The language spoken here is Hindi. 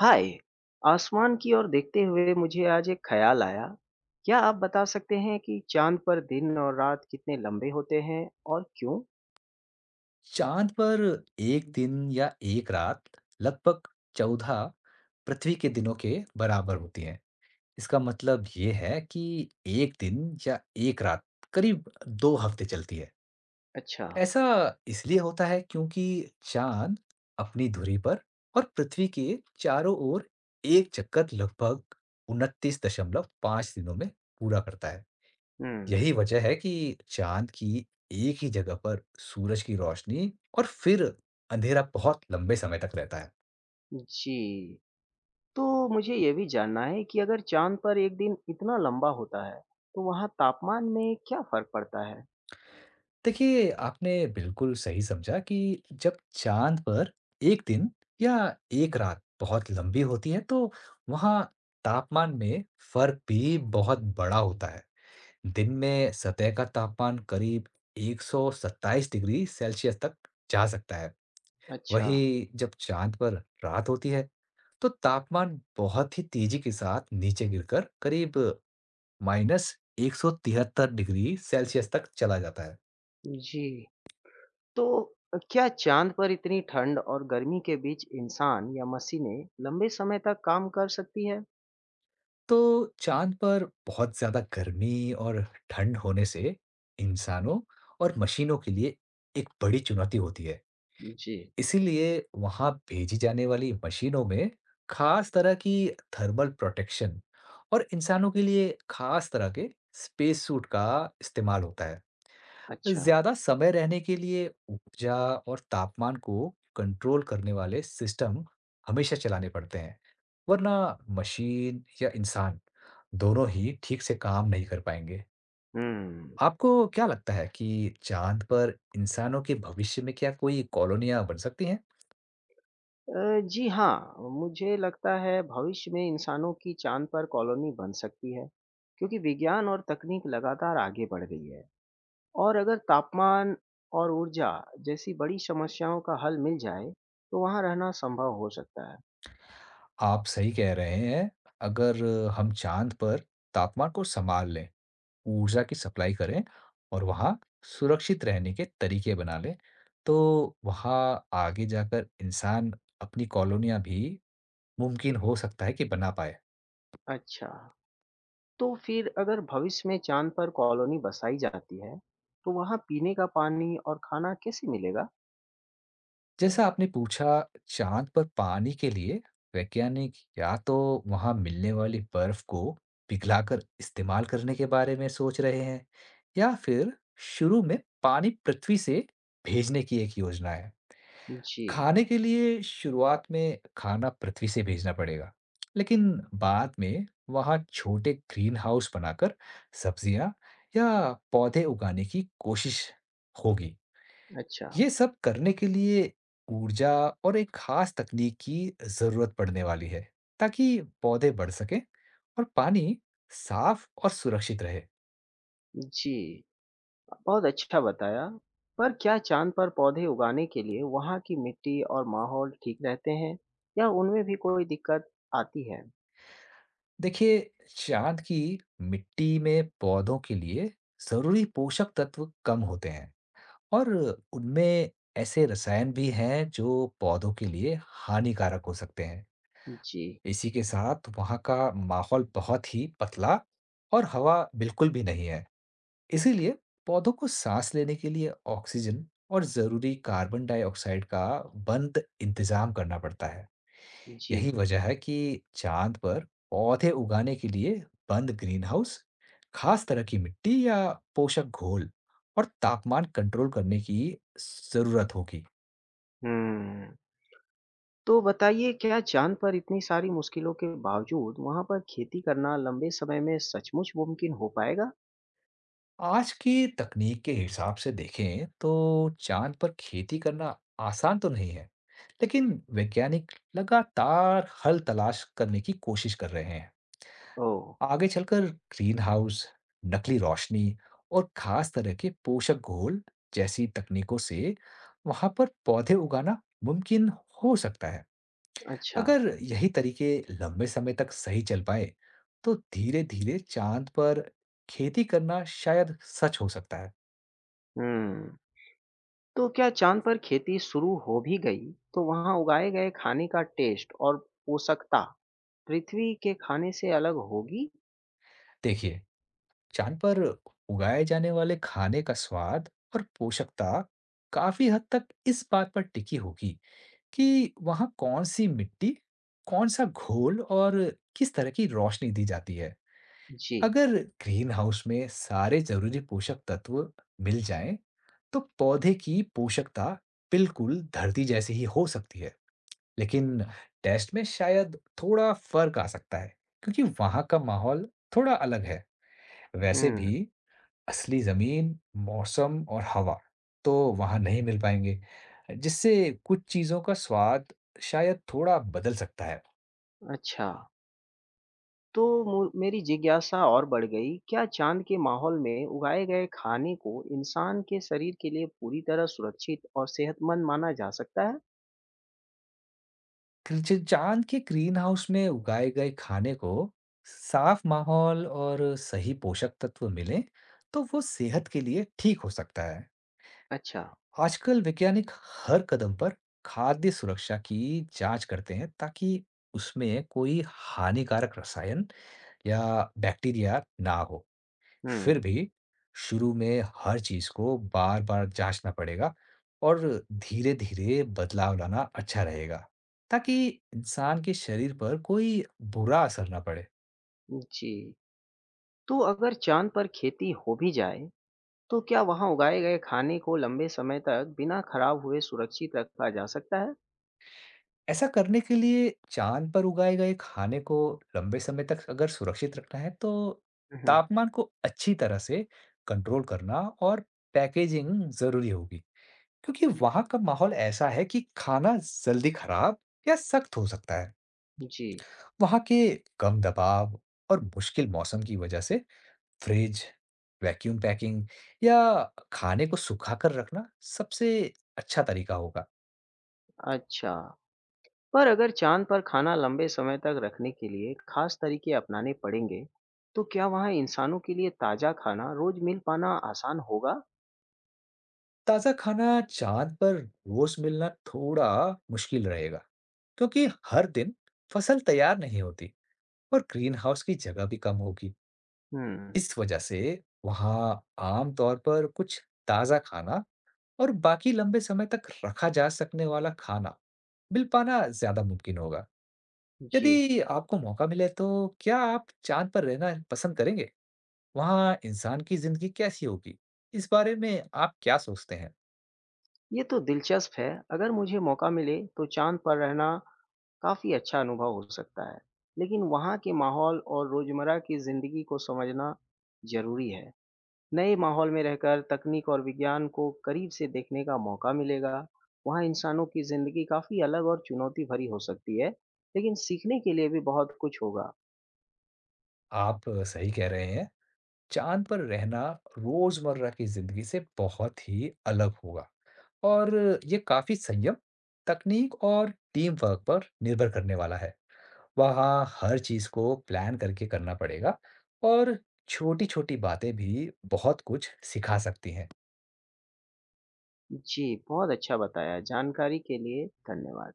हाय। आसमान की ओर देखते हुए मुझे आज एक ख्याल आया। क्या आप बता सकते हैं कि चांद पर दिन और रात कितने लंबे होते हैं और क्यों? चाँद पर 1 दिन या 1 रात लगभग 14 पृथ्वी के दिनों के बराबर होती है। इसका मतलब ये है कि 1 दिन या 1 रात करीब 2 हफ़्ते चलती है। अच्छा। ऐसा इसलिए होता है क्योंकि चाँद अपनी धुरी पर और पृथ्वी के चारों ओर एक चक्कर लगभग 29.5 दिनों में पूरा करता है। हम्म। यही वजह है कि चाँद की एक ही जगह पर सूरज की रोशनी और फिर अंधेरा बहुत लंबे समय तक रहता है। जी, तो मुझे ये भी जानना है कि अगर चांद पर एक दिन इतना लंबा होता है, तो वहाँ तापमान में क्या फर्क पड़ता है? देखिए, आपने बिल्कुल सही समझा कि जब चाँद पर 1 दिन या 1 रात बहुत लंबी होती है, तो वहाँ तापमान में फ़र्क भी बहुत बड़ा होता है। दिन में सतह का तापमान करीब 127 डिग्री सेल्सियस तक जा सकता है। अच्छा। वहीं जब चाँद पर रात होती है, तो तापमान बहुत ही तेजी के साथ नीचे गिरकर करीब माइनस 173 डिग्री सेल्सियस तक चला जाता है। जी, तो क्या चांद पर इतनी ठंड और गर्मी के बीच इंसान या मशीनें लंबे समय तक काम कर सकती है? तो चांद पर बहुत ज्यादा गर्मी और ठंड होने से इंसानों और मशीनों के लिए एक बड़ी चुनौती होती है। जी। इसीलिए वहां भेजी जाने वाली मशीनों में खास तरह की थर्मल प्रोटेक्शन और इंसानों के लिए खास तरह के स्पेस सूट का इस्तेमाल होता है। अच्छा। ज़्यादा समय रहने के लिए ऊर्जा और तापमान को कंट्रोल करने वाले सिस्टम हमेशा चलाने पड़ते हैं, वरना मशीन या इंसान दोनों ही ठीक से काम नहीं कर पाएंगे। हम्म। आपको क्या लगता है कि चांद पर इंसानों के भविष्य में क्या कोई कॉलोनियाँ बन सकती हैं? जी हाँ, मुझे लगता है भविष्य में इंसानों की चाँद पर कॉलोनी बन सकती है, क्योंकि विज्ञान और तकनीक लगातार आगे बढ़ रही है। और अगर तापमान और ऊर्जा जैसी बड़ी समस्याओं का हल मिल जाए, तो वहाँ रहना संभव हो सकता है। आप सही कह रहे हैं, अगर हम चांद पर तापमान को संभाल लें, ऊर्जा की सप्लाई करें और वहाँ सुरक्षित रहने के तरीके बना लें, तो वहाँ आगे जाकर इंसान अपनी कॉलोनियाँ भी मुमकिन हो सकता है कि बना पाए। अच्छा, तो फिर अगर भविष्य में चाँद पर कॉलोनी बसाई जाती है, तो वहाँ पीने का पानी और खाना कैसे मिलेगा? जैसा आपने पूछा, चाँद पर पानी के लिए वैज्ञानिक या तो वहाँ मिलने वाली बर्फ को पिघलाकर इस्तेमाल करने के बारे में सोच रहे हैं, या फिर शुरू में पानी पृथ्वी से भेजने की एक योजना है। जी। खाने के लिए शुरुआत में खाना पृथ्वी से भेजना पड़ेगा, लेकिन बाद में वहाँ छोटे ग्रीन हाउस बनाकर सब्जियाँ या पौधे उगाने की कोशिश होगी। अच्छा। ये सब करने के लिए ऊर्जा और एक खास तकनीक की ज़रूरत पड़ने वाली है, ताकि पौधे बढ़ सकें और पानी साफ और सुरक्षित रहे। जी। बहुत अच्छा बताया। पर क्या चाँद पर पौधे उगाने के लिए वहाँ की मिट्टी और माहौल ठीक रहते हैं या उनमें भी कोई दिक्कत आती है? देखिए, चांद की मिट्टी में पौधों के लिए ज़रूरी पोषक तत्व कम होते हैं। और उनमें ऐसे रसायन भी हैं जो पौधों के लिए हानिकारक हो सकते हैं। जी। इसी के साथ वहाँ का माहौल बहुत ही पतला और हवा बिल्कुल भी नहीं है। इसीलिए पौधों को सांस लेने के लिए ऑक्सीजन और जरूरी कार्बन डाइऑक्साइड का बंद इंतजाम करना पड़ता है। जी। यही वजह है कि चांद पर पौधे उगाने के लिए बंद ग्रीनहाउस, खास तरह की मिट्टी या पोषक घोल और तापमान कंट्रोल करने की जरूरत होगी। हुँ। तो बताइए, क्या चाँद पर इतनी सारी मुश्किलों के बावजूद वहाँ पर खेती करना लंबे समय में सचमुच मुमकिन हो पाएगा? आज की तकनीक के हिसाब से देखें तो चांद पर खेती करना आसान तो नहीं है, लेकिन वैज्ञानिक लगातार हल तलाश करने की कोशिश कर रहे हैं। ओह! आगे चलकर ग्रीन हाउस, नकली रोशनी और खास तरह के पोषक घोल जैसी तकनीकों से वहां पर पौधे उगाना मुमकिन हो सकता है। अच्छा। अगर यही तरीके लंबे समय तक सही चल पाए, तो धीरे-धीरे चांद पर खेती करना शायद सच हो सकता है। हुँ। तो क्या चाँद पर खेती शुरू हो भी गई तो वहाँ उगाए गए खाने का टेस्ट और पोषकता पृथ्वी के खाने से अलग होगी? देखिए, चांद पर उगाए जाने वाले खाने का स्वाद और पोषकता काफी हद तक इस बात पर टिकी होगी कि वहां कौन सी मिट्टी, कौन सा घोल और किस तरह की रोशनी दी जाती है। जी। अगर ग्रीन हाउस में सारे जरूरी पोषक तत्व मिल जाएं, तो पौधे की पोषकता बिल्कुल धरती जैसी ही हो सकती है, लेकिन टेस्ट में शायद थोड़ा फर्क आ सकता है, क्योंकि वहां का माहौल थोड़ा अलग है। वैसे भी हुँ। असली ज़मीन, मौसम और हवा तो वहाँ नहीं मिल पाएँगे, जिससे कुछ चीज़ों का स्वाद शायद थोड़ा बदल सकता है। अच्छा। तो मु मेरी जिज्ञासा और बढ़ गई, क्या चाँद के माहौल में उगाए गए खाने को इंसान के शरीर के लिए पूरी तरह सुरक्षित और सेहतमंद माना जा सकता है? किलचे चाँद के ग्रीन हाउस में उगाए गए खाने को साफ माहौल और सही पोषक तत्व मिलें, तो वो सेहत के लिए ठीक हो सकता है। अच्छा। आजकल वैज्ञानिक हर कदम पर खाद्य सुरक्षा की जाँच करते हैं, ताकि उसमें कोई हानिकारक रसायन या बैक्टीरिया ना हो। फिर हुँ। भी शुरू में हर चीज़ को बार-बार जाँचना पड़ेगा और धीरे-धीरे बदलाव लाना अच्छा रहेगा, ताकि इंसान के शरीर पर कोई बुरा असर ना पड़े। जी। तो अगर चाँद पर खेती हो भी जाए, तो क्या वहाँ उगाए गए खाने को लंबे समय तक बिना खराब हुए सुरक्षित रखा जा सकता है? ऐसा करने के लिए चाँद पर उगाए गए खाने को लंबे समय तक अगर सुरक्षित रखना है, तो हुँ, हुँ। तापमान को अच्छी तरह से कंट्रोल करना और पैकेजिंग ज़रूरी होगी, क्योंकि वहाँ का माहौल ऐसा है कि खाना जल्दी खराब या सख्त हो सकता है। जी। वहाँ के कम दबाव और मुश्किल मौसम की वजह से फ्रिज, वैक्यूम पैकिंग या खाने को सुखाकर रखना सबसे अच्छा तरीका होगा। अच्छा। पर अगर चाँद पर खाना लंबे समय तक रखने के लिए खास तरीके अपनाने पड़ेंगे, तो क्या वहाँ इंसानों के लिए ताज़ा खाना रोज मिल पाना आसान होगा? ताज़ा खाना चाँद पर रोज मिलना थोड़ा मुश्किल रहेगा, क्योंकि हर दिन फसल तैयार नहीं होती और ग्रीन हाउस की जगह भी कम होगी। हुँ। इस वजह से वहाँ आम तौर पर कुछ ताज़ा खाना और बाकी लंबे समय तक रखा जा सकने वाला खाना मिल पाना ज़्यादा मुमकिन होगा। जी। यदि आपको मौका मिले तो क्या आप चाँद पर रहना पसंद करेंगे? वहाँ इंसान की ज़िंदगी कैसी होगी? इस बारे में आप क्या सोचते हैं? ये तो दिलचस्प है। अगर मुझे मौका मिले तो चाँद पर रहना काफ़ी अच्छा अनुभव हो सकता है, लेकिन वहाँ के माहौल और रोजमर्रा की ज़िंदगी को समझना ज़रूरी है। नए माहौल में रहकर तकनीक और विज्ञान को करीब से देखने का मौका मिलेगा। वहाँ इंसानों की जिंदगी काफी अलग और चुनौती भरी हो सकती है, लेकिन सीखने के लिए भी बहुत कुछ होगा। आप सही कह रहे हैं, चाँद पर रहना रोज़मर्रा की ज़िंदगी से बहुत ही अलग होगा और ये काफ़ी संयम, तकनीक और टीम वर्क पर निर्भर करने वाला है। वहाँ हर चीज़ को प्लान करके करना पड़ेगा और छोटी-छोटी बातें भी बहुत कुछ सिखा सकती हैं। जी, बहुत अच्छा बताया। जानकारी के लिए धन्यवाद।